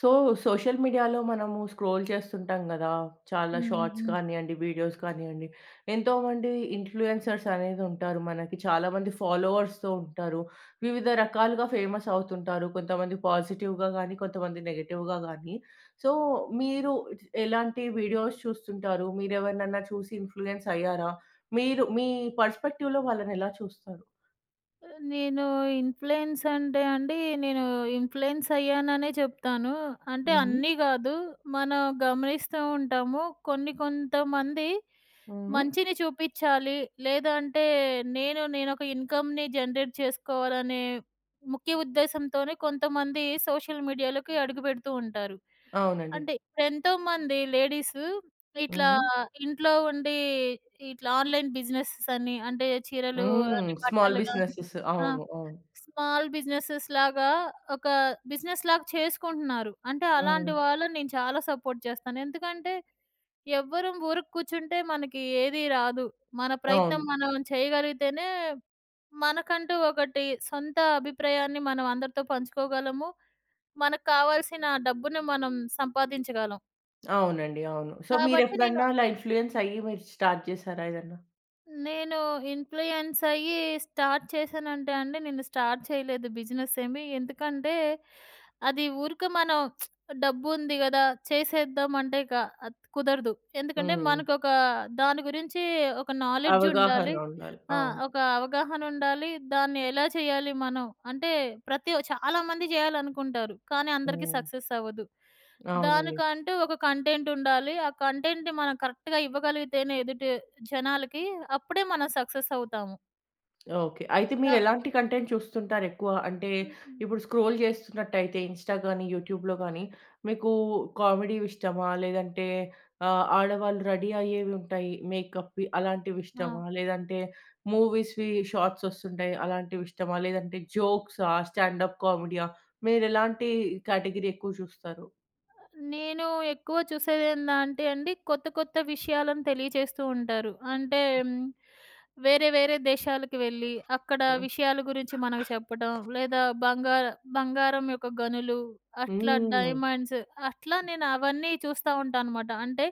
So, social మీడియాలో మనము scroll చేస్తుంటాం గదా! చాలా హ్మ్. హ్మ్. షార్ట్స్ హ్మ్. కానియ్యండి, వీడియోస్ కానియ్యండి, ఎంతోమంది ఇన్‌ఫ్లుయెన్సర్స్ అనేది ఉంటారు మనకి. చాలామంది ఫాలోవర్స్‌తో ఉంటారు. వివిధ రకాలుగా ఫేమస్ అవుతుంటారు. కొంతమంది పాజిటివ్‌గా గానీ, కొంతమంది నెగెటివ్‌గా గానీ. సో, మీరు ఎలాంటి వీడియోస్ చూస్తుంటారు? మీరెవరినన్నా చూసి ఇన్‌ఫ్లుయెన్స్ అయ్యారా? మీరు మీ పర్స్‌పెక్టివ్‌లో వాళ్ళనెలా చూస్తారు? నేను ఇన్‌ఫ్లుయెన్స్ అంటే అండి, నేను ఇన్‌ఫ్లుయెన్స్ అయ్యాననే చెప్తాను. అంటే హుహు. అన్నీ గాదు. మనం గమనిస్తూ ఉంటాము. కొన్ని కొంతమంది హుహు. మంచిని చూపిచ్చాలి. లేదంటే నేనొక ఇన్‌కమ్‌ని జనరేట్ చేసుకోవాలనే ముఖ్య ఉద్దేశంతోనే కొంతమంది సోషల్ మీడియాలోకి అడుగుపెడుతూ ఉంటారు. అవునండి. అంటే ఎంతోమంది లేడీసు ఇట్లా హ్మ్. ఇంట్లో ఉండి ఇట్లా ఆన్‌లైన్ బిజినెసెస్ అని అంటే చీరలు హ్మ్. అని స్మాల్ బట్టలు గాని, బిజినెసెస్. ఆ! అవును. అవును. స్మాల్ బిజినెసెస్‌లాగా ఒక బిజినెస్‌లాగా చేసుకుంటున్నారు. అంటే అలాంటి హ్మ్. వాళ్ళని నేను చాలా సపోర్ట్ చేస్తాను. ఎందుకంటే ఎవ్వరం ఊరికే కూర్చుంటే మనకి ఏది రాదు. మన ప్రయత్నం అవును. మనం చేయగలిగితేనే మనకంటూ ఒకటి సొంత అభిప్రాయాన్ని మనం అందరితో పంచుకోగలము. మనకు కావాల్సిన డబ్బుని మనం సంపాదించగలం. అవునండి. అవును. సో, కాబట్టి నేను మీరెప్పుడన్నా అలా ఇన్‌ఫ్లూయెన్స్ అయ్యి మీరు స్టార్ట్ చేసారా ఏదన్నా? నేను ఇన్‌ఫ్లుయెన్స్ అయ్యి స్టార్ట్ చేశానంటే అండి, నేను స్టార్ట్ చేయలేదు బిజినెస్ ఏమి. ఎందుకంటే, అది ఊరికే మనం డబ్బుంది గదా! చేసేద్దాం అంటే అద్ కుదరదు. ఎందుకంటే, హ్మ్. మనకొక దాని గురించి ఒక నాలెడ్జ్ అవగాహన ఉండాలి. ఉండాలి. ఆ! అవును. ఒక అవగాహన ఉండాలి. దాన్ని ఎలా చేయాలి మనం? అంటే ప్రతి చాలామంది చేయాలనుకుంటారు. కానీ అందరికీ హ్మ్. సక్సెస్ అవ్వదు. అవునండి. దానికంటూ ఒక కంటెంట్ ఉండాలి. ఆ కంటెంట్‌ని మనం కరెక్ట్‌గా ఇవ్వగలిగితేనే ఎదుటి జనాలకి అప్పుడే మనం సక్సెస్ అవుతాము. ఓకే. అయితే ఆ! మీరెలాంటి కంటెంట్ చూస్తుంటారెక్కువ? అంటే హ్మ్. ఇప్పుడు స్క్రోల్ చేస్తున్నట్టయితే ఇన్‌స్టా గానీ, యూట్యూబ్‌లో గానీ మీకు కామెడీవి ఇష్టమా? లేదంటే ఆహ్, ఆడవాళ్ళు రెడీ అయ్యేవి ఉంటాయి. మేకప్‌వి అలాంటివి ఆ! ఇష్టమా? లేదంటే మూవీస్‌వి షార్ట్స్ వస్తుంటాయి. అలాంటివి ఇష్టమా? లేదంటే జోక్సా? స్టాండప్ కామెడీయా? మీరెలాంటి కేటగిరీ ఎక్కువ చూస్తారు? నేను ఎక్కువ చూసేది ఏందంటే అండి, కొత్త కొత్త విషయాలను తెలియజేస్తూ ఉంటారు. అంటే హ్మ్, వేరే వేరే దేశాలకు వెళ్ళి, అక్కడ హ్మ్. విషయాల గురించి మనకు చెప్పడం, లేదా బంగారం యొక్క గనులు, అట్లా హ్మ్. డైమండ్స్, అట్లా నేను అవన్నీ చూస్తా ఉంటానన్నమాట. అంటే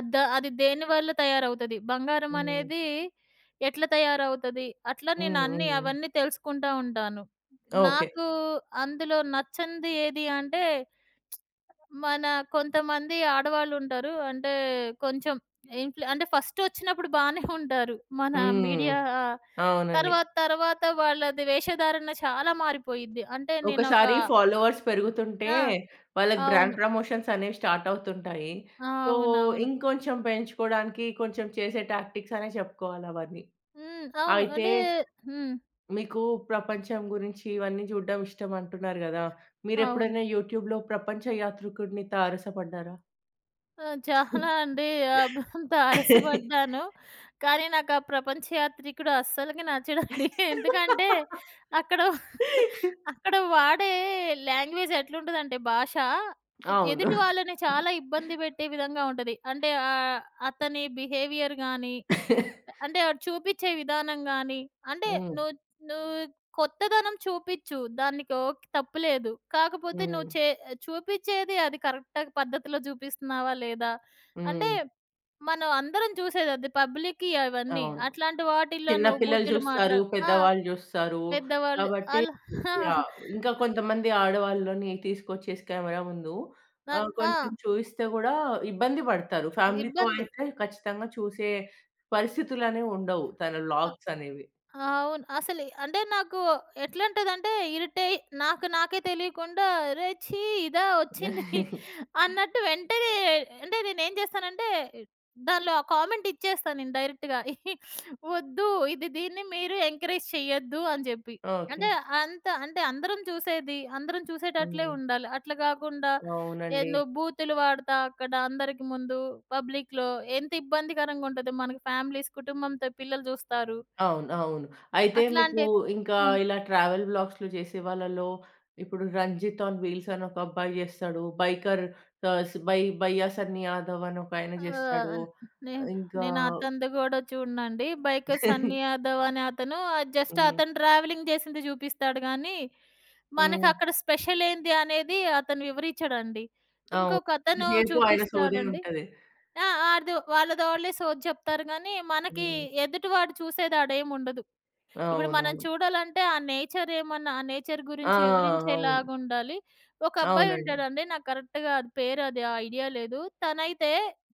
అది దేనివల్ల తయారవుతది? బంగారం హ్మ్. అనేది ఎట్లా తయారవుతది? అట్లా నేను హ్మ్. హ్మ్. అవన్నీ తెలుసుకుంటా ఉంటాను. ఓకే. నాకు అందులో నచ్చనిది ఏది అంటే మన కొంతమంది ఆడవాళ్ళుంటారు. అంటే కొంచెం అంటే ఫస్టొచ్చినప్పుడు బానే ఉంటారు. మన హ్మ్. మీడియా అవునండి. తర్వాత తర్వాత వాళ్ళది వేషధారణ చాలా మారిపోయిద్ది. అంటే నేనొక ఒకసారి ఫాలోవర్స్ పెరుగుతుంటే, ఆ! వాళ్ళకి బ్రాండ్ అవును. ప్రమోషన్స్ అనేవి స్టార్ట్ అవుతుంటాయి. సో, అవునవును. ఇంకొంచెం పెంచుకోవడానికి కొంచెం చేసే టాక్టిక్స్ అనే చెప్పుకోవాలి అవన్నీ. అవును. అయితే అంటే హ్మ్. మీకు ప్రపంచం గురించి ఇవన్నీ చూడడం ఇష్టం అంటున్నారు గదా! అవును. మీరెప్పుడైనా యూట్యూబ్‌లో ప్రపంచ యాత్రికుడిని తారసపడ్డారా? ఆ! చాలా అండి. అంత అరసపడ్డాను. కానీ నాకు ఆ ప్రపంచ యాత్రికుడు అస్సలకి నచ్చడండి. ఎందుకంటే అక్కడ అక్కడ వాడే లాంగ్వేజ్ ఎట్లుంటదంటే భాష అవును. ఎదుటి వాళ్ళని చాలా ఇబ్బంది పెట్టే విధంగా ఉంటది. అంటే అతని బిహేవియర్ గాని, అంటే ఆడు చూపిచ్చే విధానం గాని, అంటే హ్మ్. నువ్వు నువ్వు కొత్తదనం చూపిచ్చు. దానికి ఓకే తప్పులేదు. కాకపోతే నువ్వు హ్మ్. చూపిచ్చేది అది కరెక్ట్ పద్ధతిలో చూపిస్తున్నావా లేదా? అంటే హ్మ్. మనం అందరం చూసేది అది పబ్లిక్‌యి అవన్నీ. అవును. అట్లాంటి వాటిల్లో చిన్న నువ్వు పిల్లలు బూతులు మాట్లా చూస్తారు. ఆ! పెద్దవాళ్ళు చూస్తారు. పెద్దవాళ్ళు కాబట్టి ఆళ్ళు ఆ! యాహ్! ఇంకా కొంతమంది ఆడవాళ్ళని తీసుకొచ్చేసి కెమెరా ముందు ఆహ్, నాకు ఆ! కొంచెం చూయిస్తే గూడా ఇబ్బంది పడతారు. ఫ్యామిలీతో ఇబ్బంది. అయితే ఖచ్చితంగా చూసే పరిస్థితులనేవి ఉండవు. తన ఆ! వ్లాగ్స్ అనేవి. అవును. అసలు అంటే నాకు ఎట్లుంటదంటే నాకే తెలియకుండా, "అరే! ఛీ, ఇదా వచ్చింది" అన్నట్టు వెంటనే, అంటే నేనేం చేస్తానంటే దానిలో ఆ కామెంట్ ఇచ్చేస్తా నేను డైరెక్ట్‌గా. "వద్దు, దీన్ని మీరు ఎంకరేజ్ చేయొద్దు" అని చెప్పి. ఓకే. అంటే అంత అంటే అందరం చూసేది, అందరం చూసేటట్లే హ్మ్. ఉండాలి. అట్లా కాకుండా అవునండి. ఏందో బూతులు వాడతా అక్కడ అందరికి ముందు పబ్లిక్‌లో ఎంత ఇబ్బందికరంగా ఉంటదో మనకి ఫ్యామిలీస్, కుటుంబంతో పిల్లలు చూస్తారు. అవును. అవును. అయితే మీకు అట్లాంటి ఇంకా హ్మ్. ఇలా ట్రావెల్ బ్లాగ్స్‌లో చేసే వాళ్ళలో ఇప్పుడు 'రంజిత్ ఆన్ వీల్స్' అని ఒక అబ్బాయి చేస్తాడు. బైకర్ ఆహ్, స్ బై బయ్యా సన్నీ యాదవ్ అని ఒకాయన ఆహ్, చేస్తాడు. నేను ఇంకా నేను అతనిది గూడా చూడనండి. బైక్ సన్నీ యాదవ్ అనే అతను జస్ట్ హ్మ్. అతను ట్రావెలింగ్ చేసింది చూపిస్తాడు గానీ, హ్మ్. మనకక్కడ స్పెషల్ ఏంది అనేది అతను వివరించడండి. అవును. ఇంకొక అతను ఎంతసేపు ఆయన సోదే చూపిస్తాడండి. ఉంటది. ఆ! వాళ్ళది వాళ్ళే సోది చెప్తారు గానీ, మనకి హ్మ్. ఎదుటివాడు చూసేది ఆడేముండదు. ఇప్పుడు మనం అవునవును. చూడాలంటే ఆ నేచర్ ఆ! గురించి అవును. వివరించేలాగా ఉండాలి. ఒక అబ్బాయి అవునండి. ఉంటాడండి. నాకు కరెక్ట్‌గా అది పేరు అది ఐడియా లేదు. తనైతే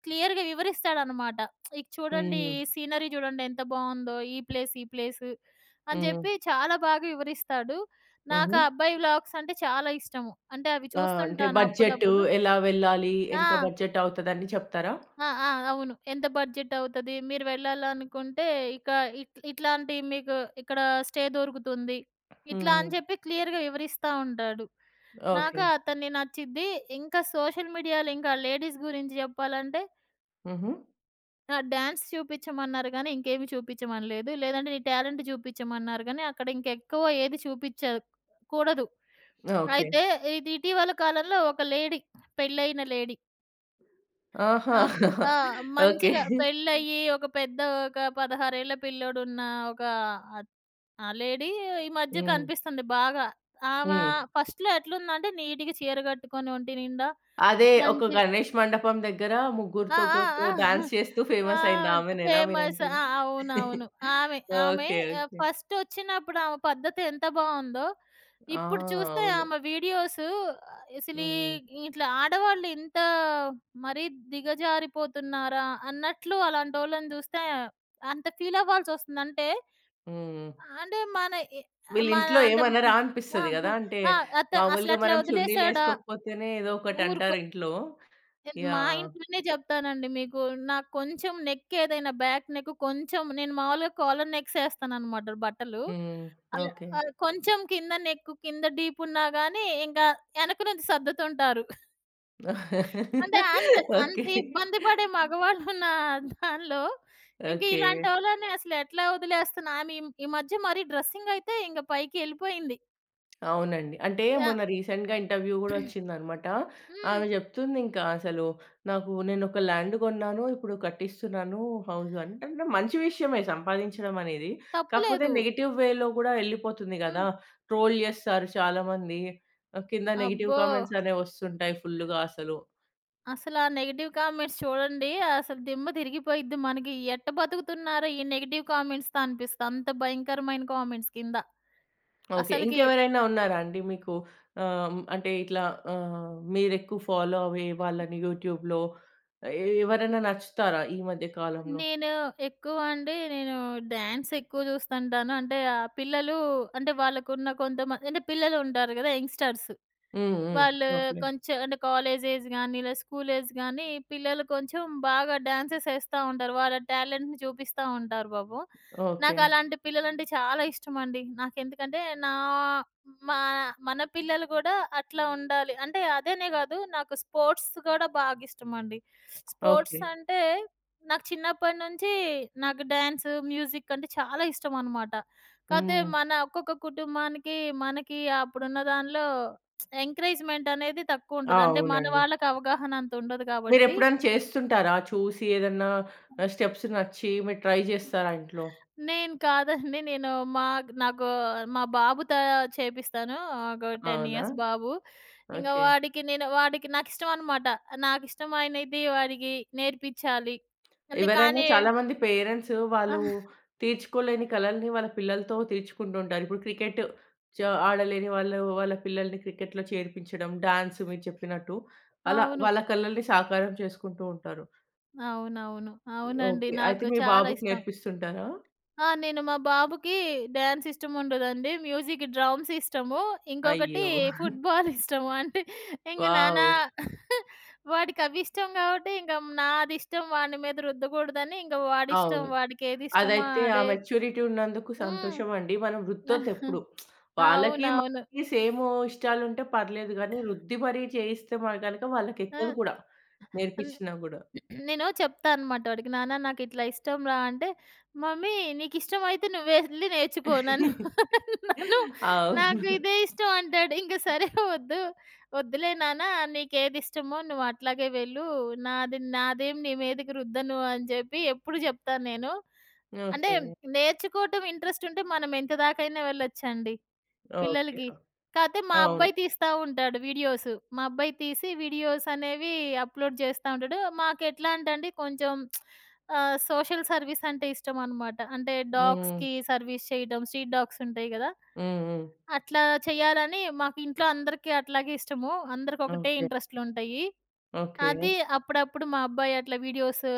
క్లియర్‌గా వివరిస్తాడనమాట. ఇది చూడండి, హ్మ్. ఈ సీనరీ చూడండి ఎంత బావుందో. ఈ ప్లేస్, ఈ ప్లేసు అని హ్మ్. చెప్పి చాలా బాగా వివరిస్తాడు. నాకు హుహు. ఆ అబ్బాయి వ్లాగ్స్ అంటే చాలా ఇష్టము. అంటే అవి ఆ! అంటే చూస్తుంటాను బడ్జెట్ అప్పుడప్పుడు. ఎలా వెళ్ళాలి? ఎంత ఆ! బడ్జెట్ అవుతదని చెప్తారా? ఆ! ఆ! అవును. ఎంత బడ్జెట్ అవుతది? మీరు వెళ్ళాలనుకుంటే ఇక ఇట్ ఇట్లాంటి మీకు ఇక్కడ స్టే దొరుకుతుంది. ఇట్లా హ్మ్. అని చెప్పి క్లియర్‌గా వివరిస్తా ఉంటాడు. ఓకే. నాకు అతన్ని నచ్చిద్ది. ఇంకా సోషల్ మీడియాలో ఇంకా లేడీస్ గురించి చెప్పాలంటే, హుహు. డాన్స్ చూపించమన్నారు గానీ ఇంకేమి చూపించమనలేదు. లేదంటే నీ టాలెంట్ చూపించమన్నారు గానీ అక్కడ ఇంకెక్కువ ఏది కూడదు. ఓకే. అయితే ఇది ఇటీవల కాలంలో ఒక లేడీ, పెళ్ళైన లేడీ, ఆహా! అప్ ఆ! ఓకే. మంచిగా పెళ్ళయ్యి, ఒక పెద్ద ఒక 16 ఏళ్ల పిల్లోడున్న ఒక ఆహ్, ఆ లేడీ ఈ మధ్య హ్మ్. కనిపిస్తుంది బాగా. ఆమ హ్మ్. ఫస్ట్‌లో ఎట్లుందంటే నీట్‌గా చీర కట్టుకొని ఒంటి నిండా అదే ఒక మంచి గణేష్ మండపం దగ్గర ఆ! ముగ్గురితో ఆ! గురితో డాన్స్ చేస్తూ ఆ! ఆ! ఫేమస్ అయింది ఆమెనేనా ఫేమస్. మీరంటుంది? ఆ! అవునవును. ఆమె, ఆమె ఓకే. ఓకే. ఫస్టొచ్చినప్పుడు ఆమె పద్ధతి ఎంత బావుందో, ఆ! ఇప్పుడు చూస్తే అవును. ఆమె వీడియోసు అసలీ హ్మ్. ఇట్లా ఆడవాళ్ళు ఇంత మరీ దిగజారిపోతున్నారా అన్నట్లు అలాంటోళ్ళని చూస్తే అంత ఫీలవ్వాల్సొస్తుంది. అంటే, హ్మ్. అంటే మన ఎ మన వీళ్ళింట్లో అంటే ఏమనరా ఆ! అనిపిస్తది గదా! అంటే ఆ! అత మామూలుగా అసలట్లా మనం వదిలేసాడా? చున్నీలేసుకోకపోతేనే ఏదో ఒకటి ఊరుకు అంటారు ఇంట్లో. నేను మా యాహ్! ఇంట్లోనే జెప్తానండి మీకు. నాకు కొంచెం నెక్ ఏదైనా, బ్యాక్ నెక్ కొంచెం, నేను మామూలుగా కాలర్ నెక్స్ ఏస్తాననమాట బట్టలు. హ్మ్. ఆహ్, ఓకే. ఆహ్, కొంచెం కింద నెక్ కింద డీప్ ఉన్నా గాని ఇంకా ఎనక నుంచి సర్దుతుంటారు. అంటే అంత ఓకే. అంత ఇబ్బంది పడే మగవాళ్ళు ఉన్న దానిలో ఇంక ఓకే. ఇలాంటోళ్ళని అసలు ఎట్లా వదిలేస్తున్నా. ఆమె ఈ ఈ మధ్య మరీ డ్రెస్సింగ్ అయితే ఇంక పైకెళ్ళిపోయింది. అవునండి. అంటే యాహ్! మొన్న రీసెంట్‌గా ఇంటర్వ్యూ గూడా ఒచ్చిందనమాట. హ్మ్. ఆమె జెప్తుంది ఇంకా అసలు, నాకు నేనొక ల్యాండ్ గొన్నాను. ఇప్పుడు కట్టిస్తున్నాను హౌస్ అని. అంటే మంచి విషయమే సంపాదించడం అనేది. కాకపోతే తప్పులేదు. నెగెటివ్ వేలో గూడా ఎళ్ళిపోతుంది గదా! హ్మ్. ట్రోల్ జేస్తారు చాలామంది. ఆహ్, కింద నెగెటివ్ అబ్బో! కామెంట్స్ అనేవి ఒస్తుంటాయి ఫుల్లుగా అసలు. అసలా నెగెటివ్ కామెంట్స్ చూడండి. అసలు దిమ్మ తిరిగిపోయిద్ది మనకి. ఎట్ట బతుకుతున్నారా ఈ నెగెటివ్ కామెంట్స్‌తో అనిపిస్తది. అంత భయంకరమైన కామెంట్స్ కింద. ఓకే. అసలకి ఇంకెవరైనా ఉన్నారా అండి మీకు? ఆహ్, అంటే ఇట్లా ఆహ్, మీరెక్కువ ఫాలో అయ్యే వాళ్ళని యూట్యూబ్‌లో ఎ ఎవరైనా నచ్చుతారా ఈ మధ్య కాలంలో? నేను నేను డాన్స్ ఎక్కువ చూస్తుంటాను. అంటే, ఆ పిల్లలు, అంటే వాళ్ళకున్న కొంతమంది, అంటే పిల్లలుంటారు గదా, యంగ్‌స్టర్స్. హ్మ్. హ్మ్. వాళ్ళు ఓకే. కొంచెం, అంటే కాలేజ్ ఏజ్ గాని, ఇలా స్కూల్ ఏజ్ గాని, పిల్లలు కొంచెం బాగా డాన్సెస్ ఏస్తా ఉంటారు. వాళ్ళ టాలెంట్‌ని చూపిస్తా ఉంటారు బాబు. ఓకే. నాకలాంటి పిల్లలంటే చాలా ఇష్టమండి. నాకెందుకంటే నా మా మన పిల్లలు గూడా అట్లా ఉండాలి. అంటే అదనే గాదు, నాకు స్పోర్ట్స్ గూడా బాగిష్టమండి. Sports okay. అంటే, నాకు చిన్నప్పటి నుంచి నాకు డాన్స్, మ్యూజిక్ అంటే చాలా ఇష్టమనమాట. కాతే హ్మ్. మన ఒక్కొక్క కుటుంబానికి, మనకి అప్పుడున్న దానిలో ఎంకరేజ్‌మెంట్ అనేది ఆ! తక్కువుంటది. అంటే మన అవునండి. వాళ్ళకి అవగాహన అంత ఉండదు కాబట్టి, మీరెప్పుడైనా చేస్తుంటారా? చూసి ఏదన్నా ఆహ్, స్టెప్స్ నచ్చి మీరు ట్రై చేస్తారా ఇంట్లో? నేను కాదండి. నేను మా నాకు మా బాబుతో చేపిస్తాను. ఒక 10 అవునా? ఇయర్స్ బాబు. ఇంగ ఓకే. వాడికి నేను వాడికి నాకిష్టం అనమాట. నాకిష్టమైనది వాడికి నేర్పించాలి. అంతే ఎవరైనా కానీ చాలా మంది పేరెంట్స్ వాళ్ళు అవును. తీర్చుకోలేని కలల్ని వాళ్ళ పిల్లలతో తీర్చుకుంటుంటారు. ఇప్పుడు క్రికెట్ చ ఆడలేని వాళ్ళు వాళ్ళ పిల్లల్ని క్రికెట్‌లో చేర్పించడం, డాన్స్ మీరు చెప్పినట్టు. అలా వాళ్ళ కలల్ని సాకారం చేసుకుంటూ ఉంటారు. అవునవును. అవునండి. ఓకే. అయితే నాకు మీ చాలా బాబుకి ఇష్టం. నేర్పిస్తుంటారా? ఆ! నేను మా బాబుకి డాన్స్ ఇష్టముండదండి. మ్యూజిక్, డ్రమ్స్ ఇష్టము. ఇంకొకటి అయ్యో! ఫుట్‌బాల్ ఇష్టము. అంటే ఇంక నానా వావ్! వాడికవి ఇష్టం కాబట్టి ఇంక నాదిష్టం వాని మీద రుద్దకూడదని, ఇంక వాడిష్టం. అవును. వాడికేదిష్టమో అదైతే ఆ అదే. మెచ్యూరిటీ ఉన్నందుకు హ్మ్. సంతోషమండి. మనం రుద్దొద్దెప్పుడు. వాళ్ళకి, అవునవును. మనకి సేము ఇష్టాలుంటే పర్లేదు గానీ, రుద్ది మరీ చేయిస్తే మ గనక ఆ! వాళ్ళకెక్కదు కూడా. అన్ నేర్పిచ్చినా గూడా. నేను చెప్తా అనమాట వాడికి. "నాన్న నాకిట్లా ఇష్టం రా" అంటే, "మమ్మీ, నీకిష్టమైతే నువ్వు వెళ్లి నేర్చుకో. నన్ను అవును. నాకు ఇదే ఇష్టం" అంటాడు. ఇంక సరే, వద్దు, "వద్దులే నాన్న, నీకేది ఇష్టమో నువ్వు అట్లాగే వెళ్ళు. నాదేం నీ మీదకి రుద్దను" అని చెప్పి ఎప్పుడు చెప్తాను నేను. అంటే ఓకే. నేర్చుకోవటం ఇంట్రెస్ట్ ఉంటే మనం ఎంత దాకైనా వెళ్ళొచ్చండి, ఓకే. పిల్లలకి. కాతే మా అవును. అబ్బాయి తీస్తా ఉంటాడు వీడియోసు. మా అబ్బాయి తీసి వీడియోస్ అనేవి అప్‌లోడ్ చేస్తా ఉంటాడు. మాకెట్లా అంటే అండి కొంచెం సోషల్ సర్వీస్ అంటే ఇష్టమనమాట. అంటే హ్మ్. డాగ్స్‌కి సర్వీస్ చేయడం, స్ట్రీట్ డాగ్స్ ఉంటాయి గదా, హ్మ్. హ్మ్. అట్లా చేయాలని మాకు ఇంట్లో అందరికీ అట్లాగే ఇష్టము. అందరికొకటే ఓకే. ఇంట్రెస్ట్‌లుంటాయి. ఓకే. అది అప్పుడప్పుడు మా అబ్బాయి అట్లా వీడియోసు